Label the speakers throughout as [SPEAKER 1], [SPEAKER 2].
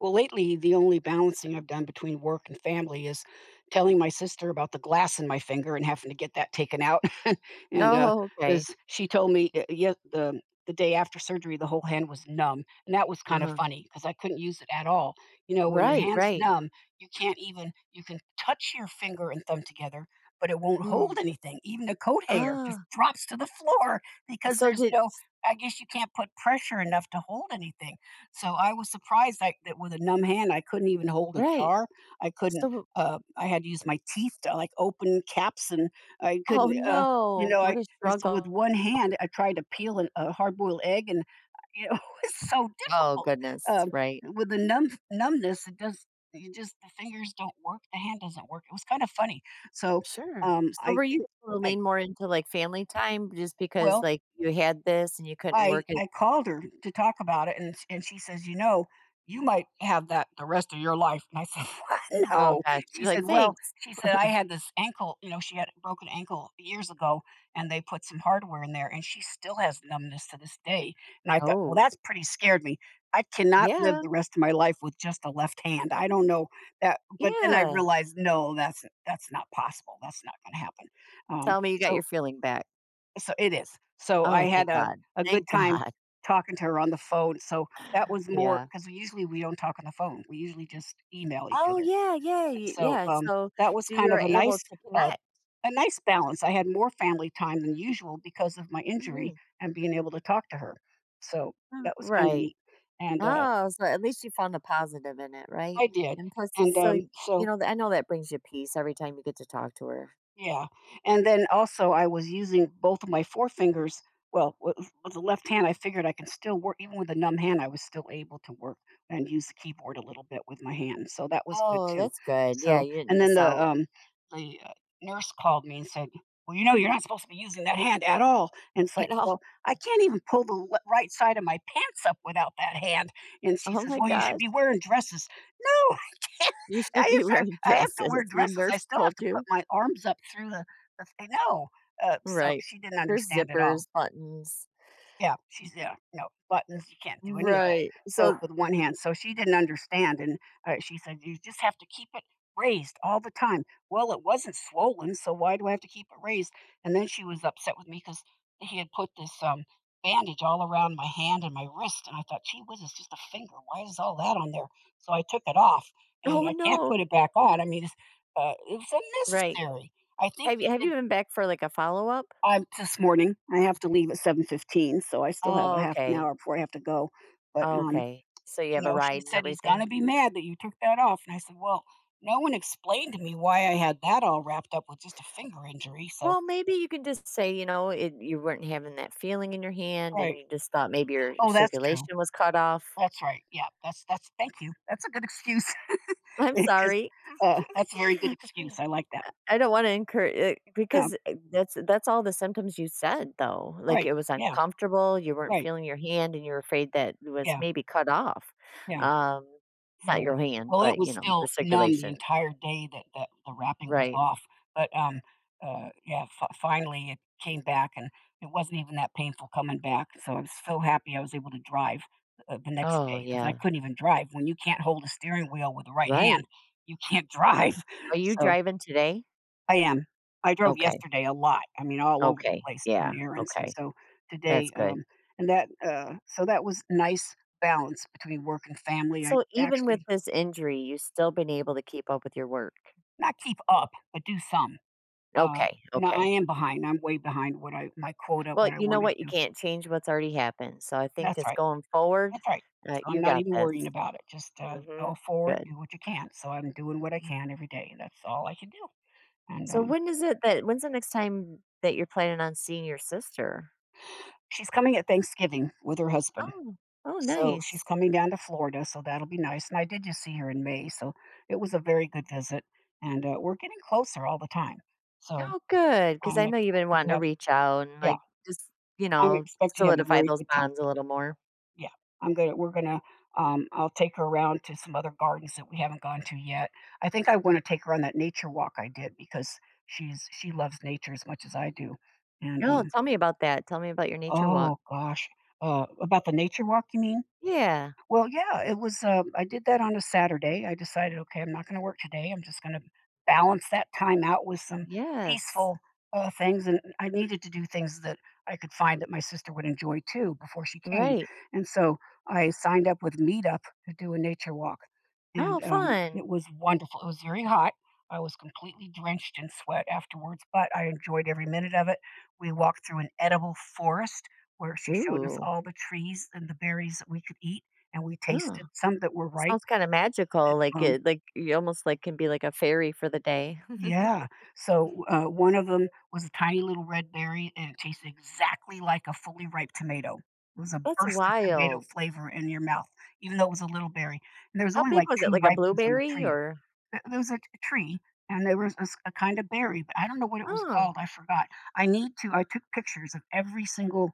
[SPEAKER 1] Well, lately, the only balancing I've done between work and family is telling my sister about the glass in my finger and having to get that taken out. and
[SPEAKER 2] Oh, okay.
[SPEAKER 1] as she told me, yeah, the day after surgery, the whole hand was numb, and that was kind of
[SPEAKER 2] Uh-huh.
[SPEAKER 1] funny because I couldn't use it at all. You know, when your
[SPEAKER 2] Right,
[SPEAKER 1] hand's
[SPEAKER 2] right.
[SPEAKER 1] numb, you can't even you can touch your finger and thumb together, but it won't hold
[SPEAKER 2] Mm.
[SPEAKER 1] anything. Even a coat hanger just
[SPEAKER 2] Ah,
[SPEAKER 1] drops to the floor because
[SPEAKER 2] so
[SPEAKER 1] there's
[SPEAKER 2] did
[SPEAKER 1] no.
[SPEAKER 2] s
[SPEAKER 1] I guess you can't put pressure enough to hold anything, so I was surprised I that with a numb hand, I couldn't even hold a
[SPEAKER 2] right.
[SPEAKER 1] jar. I couldn't,
[SPEAKER 2] So
[SPEAKER 1] I had to use my teeth to, like, open caps, and I
[SPEAKER 2] oh,
[SPEAKER 1] couldn't, you
[SPEAKER 2] no.
[SPEAKER 1] know, I
[SPEAKER 2] What a
[SPEAKER 1] and so with
[SPEAKER 2] struggle.
[SPEAKER 1] one hand, I tried to peel an a hard-boiled egg, and it was so
[SPEAKER 2] Oh,
[SPEAKER 1] difficult.
[SPEAKER 2] goodness,
[SPEAKER 1] Um,
[SPEAKER 2] right.
[SPEAKER 1] with the numbness, it does you just the fingers don't work, the hand doesn't work. It was kinda funny. So,
[SPEAKER 2] Sure. So
[SPEAKER 1] I
[SPEAKER 2] were
[SPEAKER 1] think
[SPEAKER 2] you able to
[SPEAKER 1] I
[SPEAKER 2] lean more into, like, family time just because,
[SPEAKER 1] well
[SPEAKER 2] like, you had this and you couldn't work as
[SPEAKER 1] I called her to talk about it, and sh and she says, "You know, you might have that the rest of your life." And I said, "What?
[SPEAKER 2] oh
[SPEAKER 1] No."
[SPEAKER 2] gosh,
[SPEAKER 1] She
[SPEAKER 2] you're
[SPEAKER 1] said,
[SPEAKER 2] like,
[SPEAKER 1] "Well,"
[SPEAKER 2] "Thanks."
[SPEAKER 1] she said, "I had this ankle," you know, she had a broken ankle years ago, and they put some hardware in there, and she still has numbness to this day. And I thought, "Well,
[SPEAKER 2] Oh,
[SPEAKER 1] that's pretty scared me. I cannot live
[SPEAKER 2] yeah,
[SPEAKER 1] the rest of my life with just a left hand. I don't know that." But then I
[SPEAKER 2] yeah.
[SPEAKER 1] realized, no, that's not possible. That's not gonna happen. Um,
[SPEAKER 2] Tell me you got
[SPEAKER 1] so
[SPEAKER 2] your feeling back.
[SPEAKER 1] so it is. So I
[SPEAKER 2] Oh,
[SPEAKER 1] had
[SPEAKER 2] thank God.
[SPEAKER 1] a good
[SPEAKER 2] Thank
[SPEAKER 1] time
[SPEAKER 2] God.
[SPEAKER 1] talking to her on the phone. So that was more
[SPEAKER 2] Yeah.
[SPEAKER 1] because usually we don't talk on the phone. We usually just email each
[SPEAKER 2] Oh,
[SPEAKER 1] other.
[SPEAKER 2] yeah, yeah, y
[SPEAKER 1] so
[SPEAKER 2] yeah.
[SPEAKER 1] um,
[SPEAKER 2] So
[SPEAKER 1] that was
[SPEAKER 2] so
[SPEAKER 1] kind
[SPEAKER 2] you're
[SPEAKER 1] of a
[SPEAKER 2] able
[SPEAKER 1] nice,
[SPEAKER 2] to
[SPEAKER 1] uh,
[SPEAKER 2] connect.
[SPEAKER 1] a nice balance. I had more family time than usual because of my injury
[SPEAKER 2] Mhm.
[SPEAKER 1] and being able to talk to her. So that was kind of
[SPEAKER 2] Right.
[SPEAKER 1] neat. And
[SPEAKER 2] Oh, so at least you found the positive in it,
[SPEAKER 1] I
[SPEAKER 2] right?
[SPEAKER 1] did.
[SPEAKER 2] And plus,
[SPEAKER 1] And
[SPEAKER 2] so
[SPEAKER 1] um,
[SPEAKER 2] you
[SPEAKER 1] so
[SPEAKER 2] know, I know that brings you peace every time you get to talk to her.
[SPEAKER 1] yeah, and then also I was using both of my forefingers well, with with the left hand, I figured I can still work. Even with a numb hand, I was still able to work and use the keyboard a little bit with my hand, so that was good
[SPEAKER 2] Oh,
[SPEAKER 1] too.
[SPEAKER 2] that's good. Yeah,
[SPEAKER 1] So
[SPEAKER 2] you didn't
[SPEAKER 1] and then
[SPEAKER 2] miss
[SPEAKER 1] the,
[SPEAKER 2] out
[SPEAKER 1] um, the, uh, nurse called me and said, "Well, you know, you're not supposed to be using that hand at all," and it's like,
[SPEAKER 2] at all.
[SPEAKER 1] "Well, I can't even pull the le right side of my pants up without that hand," and she
[SPEAKER 2] Oh
[SPEAKER 1] says,
[SPEAKER 2] my
[SPEAKER 1] "Well, you should
[SPEAKER 2] gosh,
[SPEAKER 1] be wearing dresses." "No, I can't."
[SPEAKER 2] you should be wearing
[SPEAKER 1] I have to
[SPEAKER 2] dresses.
[SPEAKER 1] wear
[SPEAKER 2] The
[SPEAKER 1] dresses, I
[SPEAKER 2] nurse
[SPEAKER 1] still have
[SPEAKER 2] told
[SPEAKER 1] to put
[SPEAKER 2] you,
[SPEAKER 1] my arms up through the thing. No, so
[SPEAKER 2] right?
[SPEAKER 1] she didn't
[SPEAKER 2] There's
[SPEAKER 1] understand at all.
[SPEAKER 2] zippers, buttons,
[SPEAKER 1] Yeah, she's yeah, no, buttons, you can't do any of that.
[SPEAKER 2] right?
[SPEAKER 1] So
[SPEAKER 2] So,
[SPEAKER 1] with one hand, so she didn't understand, and she said, "You just have to keep it raised all the time." Well, it wasn't swollen, so why do I have to keep it raised? And then she was upset with me because he had put this bandage all around my hand and my wrist, and I thought, "Gee whiz, it's just a finger. Why is all that on there?" So I took it off, and
[SPEAKER 2] oh
[SPEAKER 1] I can't put
[SPEAKER 2] no,
[SPEAKER 1] it back on. I mean, it's, it was
[SPEAKER 2] right?
[SPEAKER 1] unnecessary. I think
[SPEAKER 2] Have you
[SPEAKER 1] he
[SPEAKER 2] have you
[SPEAKER 1] did
[SPEAKER 2] been back for like a follow up?
[SPEAKER 1] I'm this morning. I have to leave at 7:15, so I still have a
[SPEAKER 2] Oh,
[SPEAKER 1] half an
[SPEAKER 2] okay,
[SPEAKER 1] hour before I have to go. But,
[SPEAKER 2] okay. So you have
[SPEAKER 1] you
[SPEAKER 2] a
[SPEAKER 1] know, she
[SPEAKER 2] ride and
[SPEAKER 1] said, "He's
[SPEAKER 2] everything.
[SPEAKER 1] gonna be mad that you took that off." And I said, "Well, no one explained to me why I had that all wrapped up with just a finger injury, so."
[SPEAKER 2] Well, maybe you can just say, you know, it, you weren't having that feeling in your hand and
[SPEAKER 1] Right.
[SPEAKER 2] you just thought maybe your
[SPEAKER 1] Oh, that's true.
[SPEAKER 2] circulation was cut off.
[SPEAKER 1] That's right. Yeah. That's Thank you. That's a good excuse.
[SPEAKER 2] I'm
[SPEAKER 1] Because,
[SPEAKER 2] sorry.
[SPEAKER 1] that's a very good excuse. I like that.
[SPEAKER 2] I don't want to incur
[SPEAKER 1] Um,
[SPEAKER 2] because that's all the symptoms you said though. Like
[SPEAKER 1] right.
[SPEAKER 2] it was
[SPEAKER 1] Yeah.
[SPEAKER 2] uncomfortable, you weren't
[SPEAKER 1] Right.
[SPEAKER 2] feeling your hand and you're afraid that it was
[SPEAKER 1] Yeah.
[SPEAKER 2] maybe cut off.
[SPEAKER 1] Yeah.
[SPEAKER 2] Um not
[SPEAKER 1] So,
[SPEAKER 2] your hand,
[SPEAKER 1] well, it
[SPEAKER 2] but
[SPEAKER 1] was
[SPEAKER 2] you know, the
[SPEAKER 1] still numb the
[SPEAKER 2] circulation.
[SPEAKER 1] entire day that the wrapping was
[SPEAKER 2] Right.
[SPEAKER 1] off, but, yeah, fi finally, it came back, and it wasn't even that painful coming back, so I was so happy I was able to drive, the next
[SPEAKER 2] Oh,
[SPEAKER 1] day because I
[SPEAKER 2] yeah.
[SPEAKER 1] couldn't even drive. When you can't hold a steering wheel with the right hand,
[SPEAKER 2] Right.
[SPEAKER 1] you can't drive.
[SPEAKER 2] Are you
[SPEAKER 1] So
[SPEAKER 2] driving today?
[SPEAKER 1] I am. I drove
[SPEAKER 2] Okay.
[SPEAKER 1] yesterday a lot, I mean, all over the
[SPEAKER 2] Okay.
[SPEAKER 1] place
[SPEAKER 2] Yeah.
[SPEAKER 1] doing errands, and
[SPEAKER 2] Okay.
[SPEAKER 1] so
[SPEAKER 2] That's
[SPEAKER 1] today,
[SPEAKER 2] good.
[SPEAKER 1] and that, so that was nice balance between work and family. I
[SPEAKER 2] So even with
[SPEAKER 1] actually
[SPEAKER 2] this injury, you have still been able to keep up with your work?
[SPEAKER 1] not keep up, but do some. Uh,
[SPEAKER 2] Okay,
[SPEAKER 1] no, I
[SPEAKER 2] okay.
[SPEAKER 1] am behind. I'm way behind what I my quota,
[SPEAKER 2] Well,
[SPEAKER 1] what I
[SPEAKER 2] you know
[SPEAKER 1] want to
[SPEAKER 2] what? You
[SPEAKER 1] do.
[SPEAKER 2] can't change what's already happened. So I think
[SPEAKER 1] That's
[SPEAKER 2] just
[SPEAKER 1] right.
[SPEAKER 2] going forward,
[SPEAKER 1] That's right. So I'm
[SPEAKER 2] you
[SPEAKER 1] not
[SPEAKER 2] got
[SPEAKER 1] even
[SPEAKER 2] this.
[SPEAKER 1] worrying about it. Just
[SPEAKER 2] Hmm.
[SPEAKER 1] go forward,
[SPEAKER 2] Good.
[SPEAKER 1] do what you can. So I'm doing what I
[SPEAKER 2] Mm.
[SPEAKER 1] can every day. That's all I can do. And
[SPEAKER 2] So when is it that, when's the next time that you're planning on seeing your sister?
[SPEAKER 1] She's coming at Thanksgiving with her husband.
[SPEAKER 2] Oh, oh,
[SPEAKER 1] So she's
[SPEAKER 2] nice.
[SPEAKER 1] coming down to Florida. So that'll be nice. And I did just see her in May. So it was a very good visit. And We're getting closer all the time. So
[SPEAKER 2] Oh, good. Cause
[SPEAKER 1] I'm
[SPEAKER 2] I know you've been
[SPEAKER 1] expecting
[SPEAKER 2] wanting
[SPEAKER 1] to
[SPEAKER 2] to
[SPEAKER 1] have,
[SPEAKER 2] reach out and
[SPEAKER 1] yeah,
[SPEAKER 2] like just, you
[SPEAKER 1] I'm
[SPEAKER 2] know,
[SPEAKER 1] expecting to have a
[SPEAKER 2] solidify
[SPEAKER 1] very
[SPEAKER 2] those
[SPEAKER 1] good.
[SPEAKER 2] bonds a little more.
[SPEAKER 1] Yeah, I'm gonna we're gonna, I'll take her around to some other gardens that we haven't gone to yet. I think I
[SPEAKER 2] Mm.
[SPEAKER 1] wanna take her on that nature walk I did because she loves nature as much as I do, and,
[SPEAKER 2] No,
[SPEAKER 1] um
[SPEAKER 2] tell me about that. Tell me about your nature walk.
[SPEAKER 1] oh gosh, about the nature walk, you mean?
[SPEAKER 2] Yeah.
[SPEAKER 1] Well, yeah, it was, I did that on a Saturday. I decided, "Okay, I'm not gonna work today. I'm just gonna balance that time out with some
[SPEAKER 2] Yes.
[SPEAKER 1] peaceful, things," and I needed to do things that I could find that my sister would enjoy too before she came,
[SPEAKER 2] Right.
[SPEAKER 1] and so I signed up with Meetup to do a nature walk,
[SPEAKER 2] Oh,
[SPEAKER 1] and,
[SPEAKER 2] fun.
[SPEAKER 1] it was wonderful. It was very hot. I was completely drenched in sweat afterwards, but I enjoyed every
[SPEAKER 2] Mhm.
[SPEAKER 1] minute of it. We walked through an edible forest where she showed us
[SPEAKER 2] Ooh,
[SPEAKER 1] all the trees and the berries that we could eat, and we
[SPEAKER 2] yeah.
[SPEAKER 1] tasted some that were ripe.
[SPEAKER 2] Sounds kinda magical, like
[SPEAKER 1] Um,
[SPEAKER 2] it like, you almost, like, can be like a fairy for the day.
[SPEAKER 1] yeah. So, one of them was a tiny little red berry, and it tasted exactly like a fully ripe tomato. It was a
[SPEAKER 2] That's
[SPEAKER 1] burst of tomato
[SPEAKER 2] wild.
[SPEAKER 1] flavor in your mouth, even though it was a little berry. And there was
[SPEAKER 2] How
[SPEAKER 1] only
[SPEAKER 2] big
[SPEAKER 1] like
[SPEAKER 2] was it?
[SPEAKER 1] two
[SPEAKER 2] Like a
[SPEAKER 1] ripe ones on the
[SPEAKER 2] blueberry
[SPEAKER 1] tree.
[SPEAKER 2] or
[SPEAKER 1] Th There was a t tree, and there was a kind of berry, but I don't know what it was
[SPEAKER 2] Oh.
[SPEAKER 1] called, I forgot. I need to I took pictures of every single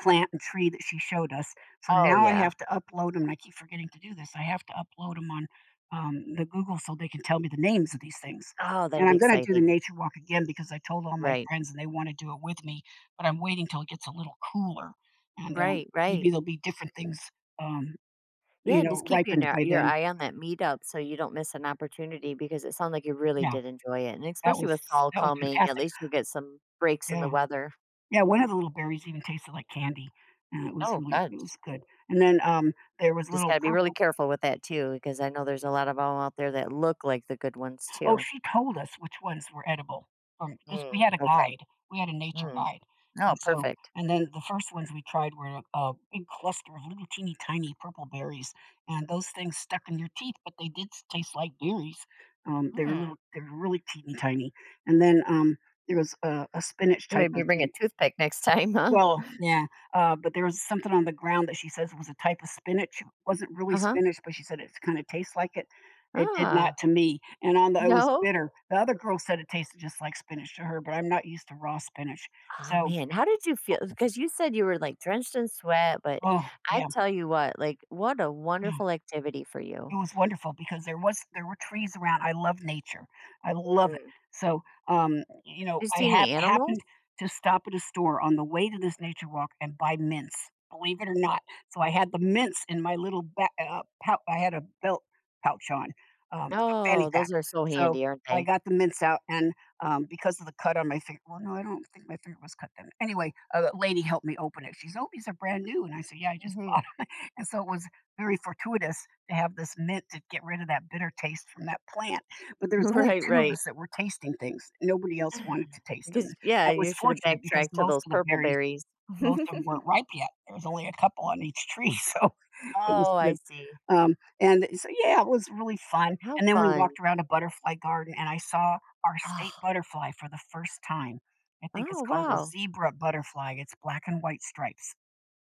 [SPEAKER 1] plant and tree that she showed us, so
[SPEAKER 2] Oh,
[SPEAKER 1] now I
[SPEAKER 2] yeah.
[SPEAKER 1] have to upload 'em, and I keep forgetting to do this. I have to upload them on, the Google, so they can tell me the names of these things,
[SPEAKER 2] Oh, that'll
[SPEAKER 1] and
[SPEAKER 2] be
[SPEAKER 1] I'm gonna do the
[SPEAKER 2] exciting.
[SPEAKER 1] nature walk again because I told all my
[SPEAKER 2] Right.
[SPEAKER 1] friends and they wanna do it with me, but I'm waiting till it gets a little cooler, and,
[SPEAKER 2] Right,
[SPEAKER 1] maybe
[SPEAKER 2] right.
[SPEAKER 1] there'll be different things, um, you
[SPEAKER 2] Yeah, just
[SPEAKER 1] know,
[SPEAKER 2] keep your
[SPEAKER 1] ripened
[SPEAKER 2] na
[SPEAKER 1] by
[SPEAKER 2] your
[SPEAKER 1] then.
[SPEAKER 2] eye on that meetup so you don't miss an opportunity because it sounds like you really
[SPEAKER 1] Yeah,
[SPEAKER 2] did enjoy it, and
[SPEAKER 1] that
[SPEAKER 2] especially
[SPEAKER 1] was
[SPEAKER 2] with fall
[SPEAKER 1] that was
[SPEAKER 2] coming, at
[SPEAKER 1] fantastic.
[SPEAKER 2] least you'll get some breaks in the
[SPEAKER 1] Yeah.
[SPEAKER 2] weather.
[SPEAKER 1] Yeah, one of the little berries even tasted like candy, and
[SPEAKER 2] Oh, good.
[SPEAKER 1] it was good, and then there was
[SPEAKER 2] Just
[SPEAKER 1] little
[SPEAKER 2] gotta be really
[SPEAKER 1] purple.
[SPEAKER 2] careful with that too, because I know there's a lot of them out there that look like the good ones
[SPEAKER 1] Oh,
[SPEAKER 2] too.
[SPEAKER 1] she told us which ones were edible. From this, we
[SPEAKER 2] Mm,
[SPEAKER 1] had a
[SPEAKER 2] okay.
[SPEAKER 1] guide, we had a nature
[SPEAKER 2] Mm.
[SPEAKER 1] guide,
[SPEAKER 2] Oh,
[SPEAKER 1] and so,
[SPEAKER 2] perfect.
[SPEAKER 1] and then the first ones we tried were a big cluster of little teeny tiny purple berries, and those things stuck in your teeth, but they did s taste like berries, they were little,
[SPEAKER 2] Mm.
[SPEAKER 1] they were really teeny tiny, and then there was a spinach type
[SPEAKER 2] Maybe
[SPEAKER 1] of
[SPEAKER 2] bring a
[SPEAKER 1] thing.
[SPEAKER 2] toothpick next time, huh?
[SPEAKER 1] Well, yeah, but there was something on the ground that she says was a type of spinach. It wasn't really
[SPEAKER 2] Uh-huh.
[SPEAKER 1] spinach, but she said it kind of tastes like it. It did not
[SPEAKER 2] Ah.
[SPEAKER 1] to me, and on the it was
[SPEAKER 2] No?
[SPEAKER 1] bitter. The other girl said it tasted just like spinach to her, but I'm not used to raw spinach.
[SPEAKER 2] Oh,
[SPEAKER 1] So,
[SPEAKER 2] man, how did you feel? Because you said you were, like, drenched in sweat, but
[SPEAKER 1] oh
[SPEAKER 2] I
[SPEAKER 1] yeah.
[SPEAKER 2] tell you what, like, what a wonderful activity for
[SPEAKER 1] It
[SPEAKER 2] you.
[SPEAKER 1] was wonderful because there were trees around. I love nature. I love it.
[SPEAKER 2] Mhm.
[SPEAKER 1] So, you know,
[SPEAKER 2] You
[SPEAKER 1] I
[SPEAKER 2] see any animals?
[SPEAKER 1] happened to stop at a store on the way to this nature walk and buy mints, believe it or not. So I had the mints in my little pouch. I had a belt pouch on, fanny
[SPEAKER 2] Oh,
[SPEAKER 1] pack.
[SPEAKER 2] those are so
[SPEAKER 1] So
[SPEAKER 2] handy, aren't
[SPEAKER 1] I
[SPEAKER 2] they?
[SPEAKER 1] got the mints out, and because of the cut on my finger, well, no, I don't think my finger was cut then. Anyway, a lady helped me open it. She says, "Oh, these are brand new," and I said, "Yeah, I just
[SPEAKER 2] Mhm.
[SPEAKER 1] bought them." And so it was very fortuitous to have this mint to get rid of that bitter taste from that plant, but there was only
[SPEAKER 2] Right,
[SPEAKER 1] 2 of
[SPEAKER 2] right.
[SPEAKER 1] us that were tasting things. Nobody else wanted to taste them.
[SPEAKER 2] 'Cause yeah,
[SPEAKER 1] That was
[SPEAKER 2] you should have
[SPEAKER 1] fortunate because
[SPEAKER 2] backtracked to
[SPEAKER 1] most
[SPEAKER 2] those
[SPEAKER 1] of the
[SPEAKER 2] purple
[SPEAKER 1] berries
[SPEAKER 2] berries.
[SPEAKER 1] most of them 'em weren't ripe yet. There was only a couple on each tree, so it was
[SPEAKER 2] Oh, I
[SPEAKER 1] good.
[SPEAKER 2] see.
[SPEAKER 1] And so, yeah, it was really fun,
[SPEAKER 2] How
[SPEAKER 1] and then we
[SPEAKER 2] fun.
[SPEAKER 1] walked around a butterfly garden, and I saw our state
[SPEAKER 2] Oh,
[SPEAKER 1] butterfly for the first time. I think it's
[SPEAKER 2] oh,
[SPEAKER 1] called a
[SPEAKER 2] wow.
[SPEAKER 1] zebra butterfly. It's black and white stripes,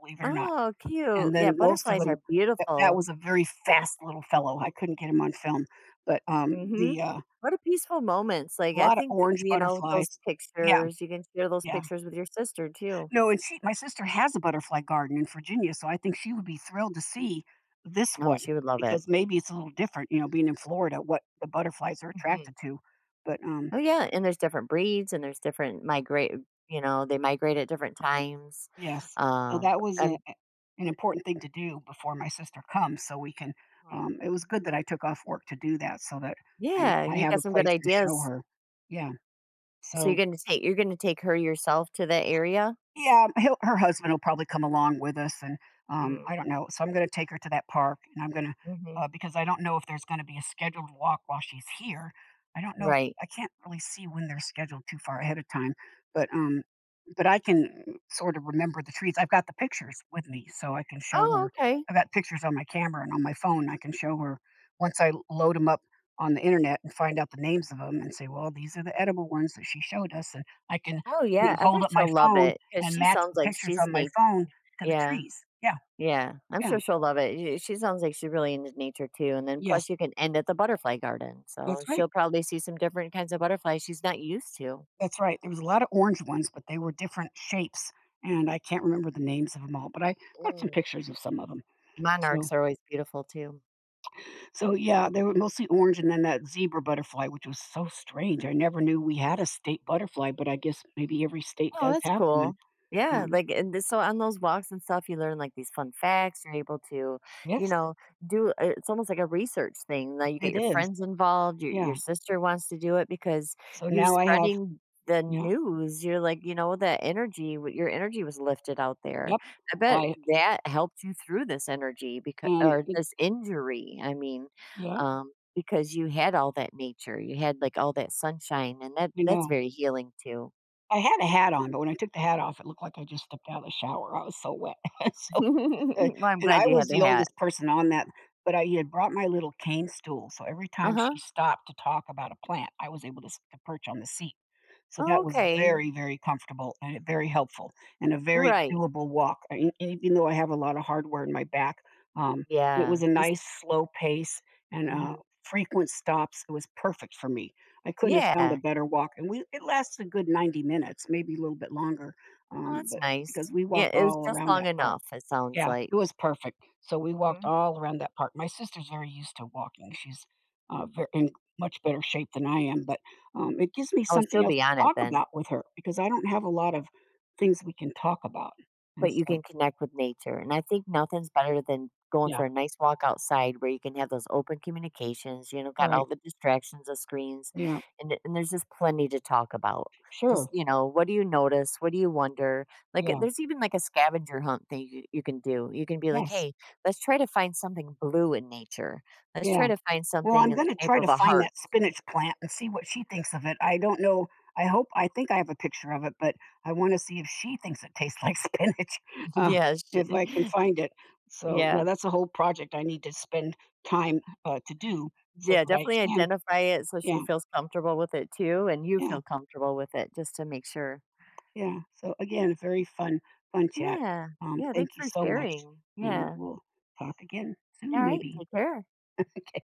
[SPEAKER 1] believe it or not.
[SPEAKER 2] Oh,
[SPEAKER 1] And
[SPEAKER 2] cute. Yeah,
[SPEAKER 1] then most of
[SPEAKER 2] butterflies
[SPEAKER 1] 'em,
[SPEAKER 2] are
[SPEAKER 1] that
[SPEAKER 2] beautiful.
[SPEAKER 1] was a very fast little fellow. I couldn't get him on film, but,
[SPEAKER 2] Mm. Mhm. What a peaceful moments,
[SPEAKER 1] a
[SPEAKER 2] like, I
[SPEAKER 1] lot of
[SPEAKER 2] think,
[SPEAKER 1] orange
[SPEAKER 2] you know, those
[SPEAKER 1] butterflies. Yeah,
[SPEAKER 2] pictures you can share those
[SPEAKER 1] yeah.
[SPEAKER 2] pictures with your sister too.
[SPEAKER 1] No, and she my sister has a butterfly garden in Virginia, so I think she would be thrilled to see this
[SPEAKER 2] Oh,
[SPEAKER 1] one,
[SPEAKER 2] she would love it.
[SPEAKER 1] because maybe it's a little different, you know, being in Florida, what the butterflies are
[SPEAKER 2] Mhm.
[SPEAKER 1] attracted to, but,
[SPEAKER 2] Oh, yeah, and there's different breeds and there's different migrate you know, they migrate at different times.
[SPEAKER 1] Yes. So that was
[SPEAKER 2] And
[SPEAKER 1] a an important thing to do before my sister comes so we can,
[SPEAKER 2] Mhm.
[SPEAKER 1] it was good that I took off work to do that so that I
[SPEAKER 2] Yeah,
[SPEAKER 1] I
[SPEAKER 2] you
[SPEAKER 1] have
[SPEAKER 2] got
[SPEAKER 1] a
[SPEAKER 2] some good
[SPEAKER 1] place to show
[SPEAKER 2] ideas.
[SPEAKER 1] her. Yeah.
[SPEAKER 2] So
[SPEAKER 1] So
[SPEAKER 2] you're gonna take her yourself to the area?
[SPEAKER 1] yeah, he'll her husband will probably come along with us, and,
[SPEAKER 2] Mm,
[SPEAKER 1] I don't know. So I'm gonna take her to that park, and I'm gonna,
[SPEAKER 2] mhm.
[SPEAKER 1] because I don't know if there's gonna be a scheduled walk while she's here. I don't know,
[SPEAKER 2] Right.
[SPEAKER 1] I can't really see when they're scheduled too far ahead of time, but, um but I can sort of remember the trees. I've got the pictures with me, so I can show
[SPEAKER 2] Oh,
[SPEAKER 1] her.
[SPEAKER 2] okay.
[SPEAKER 1] I've got pictures on my camera and on my phone. I can show her once I load them up on the Internet and find out the names of them and say, "Well, these are the edible ones that she showed us," and I can,
[SPEAKER 2] Oh,
[SPEAKER 1] you know,
[SPEAKER 2] yeah, I
[SPEAKER 1] hold
[SPEAKER 2] bet
[SPEAKER 1] up my
[SPEAKER 2] she'll love
[SPEAKER 1] phone
[SPEAKER 2] it because
[SPEAKER 1] and
[SPEAKER 2] she
[SPEAKER 1] match
[SPEAKER 2] sounds
[SPEAKER 1] the
[SPEAKER 2] like
[SPEAKER 1] pictures
[SPEAKER 2] she's
[SPEAKER 1] on my
[SPEAKER 2] nat
[SPEAKER 1] phone to the
[SPEAKER 2] Yeah,
[SPEAKER 1] trees. Yeah,
[SPEAKER 2] yeah, I'm
[SPEAKER 1] yeah.
[SPEAKER 2] sure she'll love it. Y she sounds like she's really into nature too, and then
[SPEAKER 1] Yes,
[SPEAKER 2] plus you can end at the butterfly garden,
[SPEAKER 1] that's
[SPEAKER 2] so
[SPEAKER 1] right,
[SPEAKER 2] she'll probably see some different kinds of butterflies she's not used to.
[SPEAKER 1] that's right. There was a lot of orange ones, but they were different shapes, and I can't remember the names of them all, but I got some
[SPEAKER 2] Mm.
[SPEAKER 1] pictures of some of them. So
[SPEAKER 2] Monarchs are always beautiful too.
[SPEAKER 1] so, yeah, they were mostly orange, and then that zebra butterfly, which was so strange. I never knew we had a state butterfly, but I guess maybe every state
[SPEAKER 2] Oh,
[SPEAKER 1] does
[SPEAKER 2] that's
[SPEAKER 1] have one.
[SPEAKER 2] cool. Yeah,
[SPEAKER 1] Um,
[SPEAKER 2] like and th so on those walks and stuff, you learn like these fun facts. You're able to, you
[SPEAKER 1] yes,
[SPEAKER 2] know, do it's almost like a research thing. Now you get
[SPEAKER 1] it
[SPEAKER 2] your
[SPEAKER 1] is.
[SPEAKER 2] friends involved. Your
[SPEAKER 1] Yeah.
[SPEAKER 2] sister wants to do it because
[SPEAKER 1] So
[SPEAKER 2] you're
[SPEAKER 1] now I have,
[SPEAKER 2] spreading the
[SPEAKER 1] yeah,
[SPEAKER 2] news. You're like, you know, that energy. Your energy was lifted out there.
[SPEAKER 1] yep.
[SPEAKER 2] I bet
[SPEAKER 1] I
[SPEAKER 2] that helped you through this energy because
[SPEAKER 1] and
[SPEAKER 2] or
[SPEAKER 1] it
[SPEAKER 2] this injury. I mean,
[SPEAKER 1] yeah,
[SPEAKER 2] because you had all that nature. You had like all that sunshine, and that
[SPEAKER 1] I
[SPEAKER 2] that's
[SPEAKER 1] know.
[SPEAKER 2] very healing too.
[SPEAKER 1] I had a hat on, but when I took the hat off, it looked like I just stepped out of the shower. I was so wet. So, uh,
[SPEAKER 2] Well, I'm
[SPEAKER 1] and I
[SPEAKER 2] glad you
[SPEAKER 1] was
[SPEAKER 2] had the
[SPEAKER 1] the
[SPEAKER 2] hat.
[SPEAKER 1] oldest person on that, but I had brought my little cane stool. So every time she
[SPEAKER 2] Uh-huh.
[SPEAKER 1] stopped to talk about a plant, I was able to, to perch on the seat. So
[SPEAKER 2] Oh,
[SPEAKER 1] that was
[SPEAKER 2] okay.
[SPEAKER 1] very, very comfortable and very helpful and a very
[SPEAKER 2] Right.
[SPEAKER 1] doable walk. I e Even though I have a lot of hardware in my back, um, it was
[SPEAKER 2] Yeah.
[SPEAKER 1] a
[SPEAKER 2] Just
[SPEAKER 1] nice slow pace and,
[SPEAKER 2] mhm.
[SPEAKER 1] frequent stops. It was perfect for me. I couldn't have found a
[SPEAKER 2] Yeah.
[SPEAKER 1] better walk, and we it lasted a good 90 minutes, maybe a little bit longer,
[SPEAKER 2] Oh, that's
[SPEAKER 1] but because
[SPEAKER 2] nice.
[SPEAKER 1] we
[SPEAKER 2] Yeah,
[SPEAKER 1] walked
[SPEAKER 2] it was
[SPEAKER 1] all
[SPEAKER 2] just
[SPEAKER 1] around that
[SPEAKER 2] long
[SPEAKER 1] park.
[SPEAKER 2] enough, it sounds
[SPEAKER 1] Yeah,
[SPEAKER 2] like.
[SPEAKER 1] it was perfect. So we walked
[SPEAKER 2] Mhm.
[SPEAKER 1] all around that park. My sister's very used to walking. She's very, in much better shape than I am, but it gives me
[SPEAKER 2] Oh,
[SPEAKER 1] something
[SPEAKER 2] she'll
[SPEAKER 1] else
[SPEAKER 2] be on
[SPEAKER 1] to
[SPEAKER 2] it
[SPEAKER 1] talk
[SPEAKER 2] then.
[SPEAKER 1] about with her because I don't have a lot of things we can talk about. And
[SPEAKER 2] But you
[SPEAKER 1] so,
[SPEAKER 2] can connect with nature. And I think nothing's better than going
[SPEAKER 1] yeah,
[SPEAKER 2] for a nice walk outside where you can have those open communications, you know, got
[SPEAKER 1] right.
[SPEAKER 2] all the distractions of screens
[SPEAKER 1] Yeah,
[SPEAKER 2] and there's just plenty to talk about.
[SPEAKER 1] sure.
[SPEAKER 2] Just, you know, what do you notice? What do you wonder? Like,
[SPEAKER 1] Yeah,
[SPEAKER 2] there's even like a scavenger hunt thing you can do. You can be like,
[SPEAKER 1] yes.
[SPEAKER 2] hey, let's try to find something blue in nature. Let's
[SPEAKER 1] Yeah.
[SPEAKER 2] try to find
[SPEAKER 1] Well,
[SPEAKER 2] something
[SPEAKER 1] I'm
[SPEAKER 2] in the
[SPEAKER 1] gonna
[SPEAKER 2] shape
[SPEAKER 1] try to
[SPEAKER 2] of a
[SPEAKER 1] find
[SPEAKER 2] heart.
[SPEAKER 1] that spinach plant and see what she thinks of it. I don't know. I hope, I think I have a picture of it, but I wanna see if she thinks it tastes like spinach, um,
[SPEAKER 2] Yeah.
[SPEAKER 1] if I can find it. So, yeah,
[SPEAKER 2] Yeah.
[SPEAKER 1] that's a whole project I need to spend time, to do so
[SPEAKER 2] Yeah,
[SPEAKER 1] that I
[SPEAKER 2] definitely
[SPEAKER 1] can,
[SPEAKER 2] identify it so she
[SPEAKER 1] yeah,
[SPEAKER 2] feels comfortable with it too, and you
[SPEAKER 1] yeah,
[SPEAKER 2] feel comfortable with it just to make sure.
[SPEAKER 1] yeah. So, again, very fun chat.
[SPEAKER 2] Yeah. Yeah,
[SPEAKER 1] Thank
[SPEAKER 2] thanks
[SPEAKER 1] you
[SPEAKER 2] for
[SPEAKER 1] so much,
[SPEAKER 2] sharing.
[SPEAKER 1] and
[SPEAKER 2] Yeah.
[SPEAKER 1] we'll talk again
[SPEAKER 2] All
[SPEAKER 1] soon
[SPEAKER 2] right.
[SPEAKER 1] maybe.
[SPEAKER 2] Take care.
[SPEAKER 1] Okay.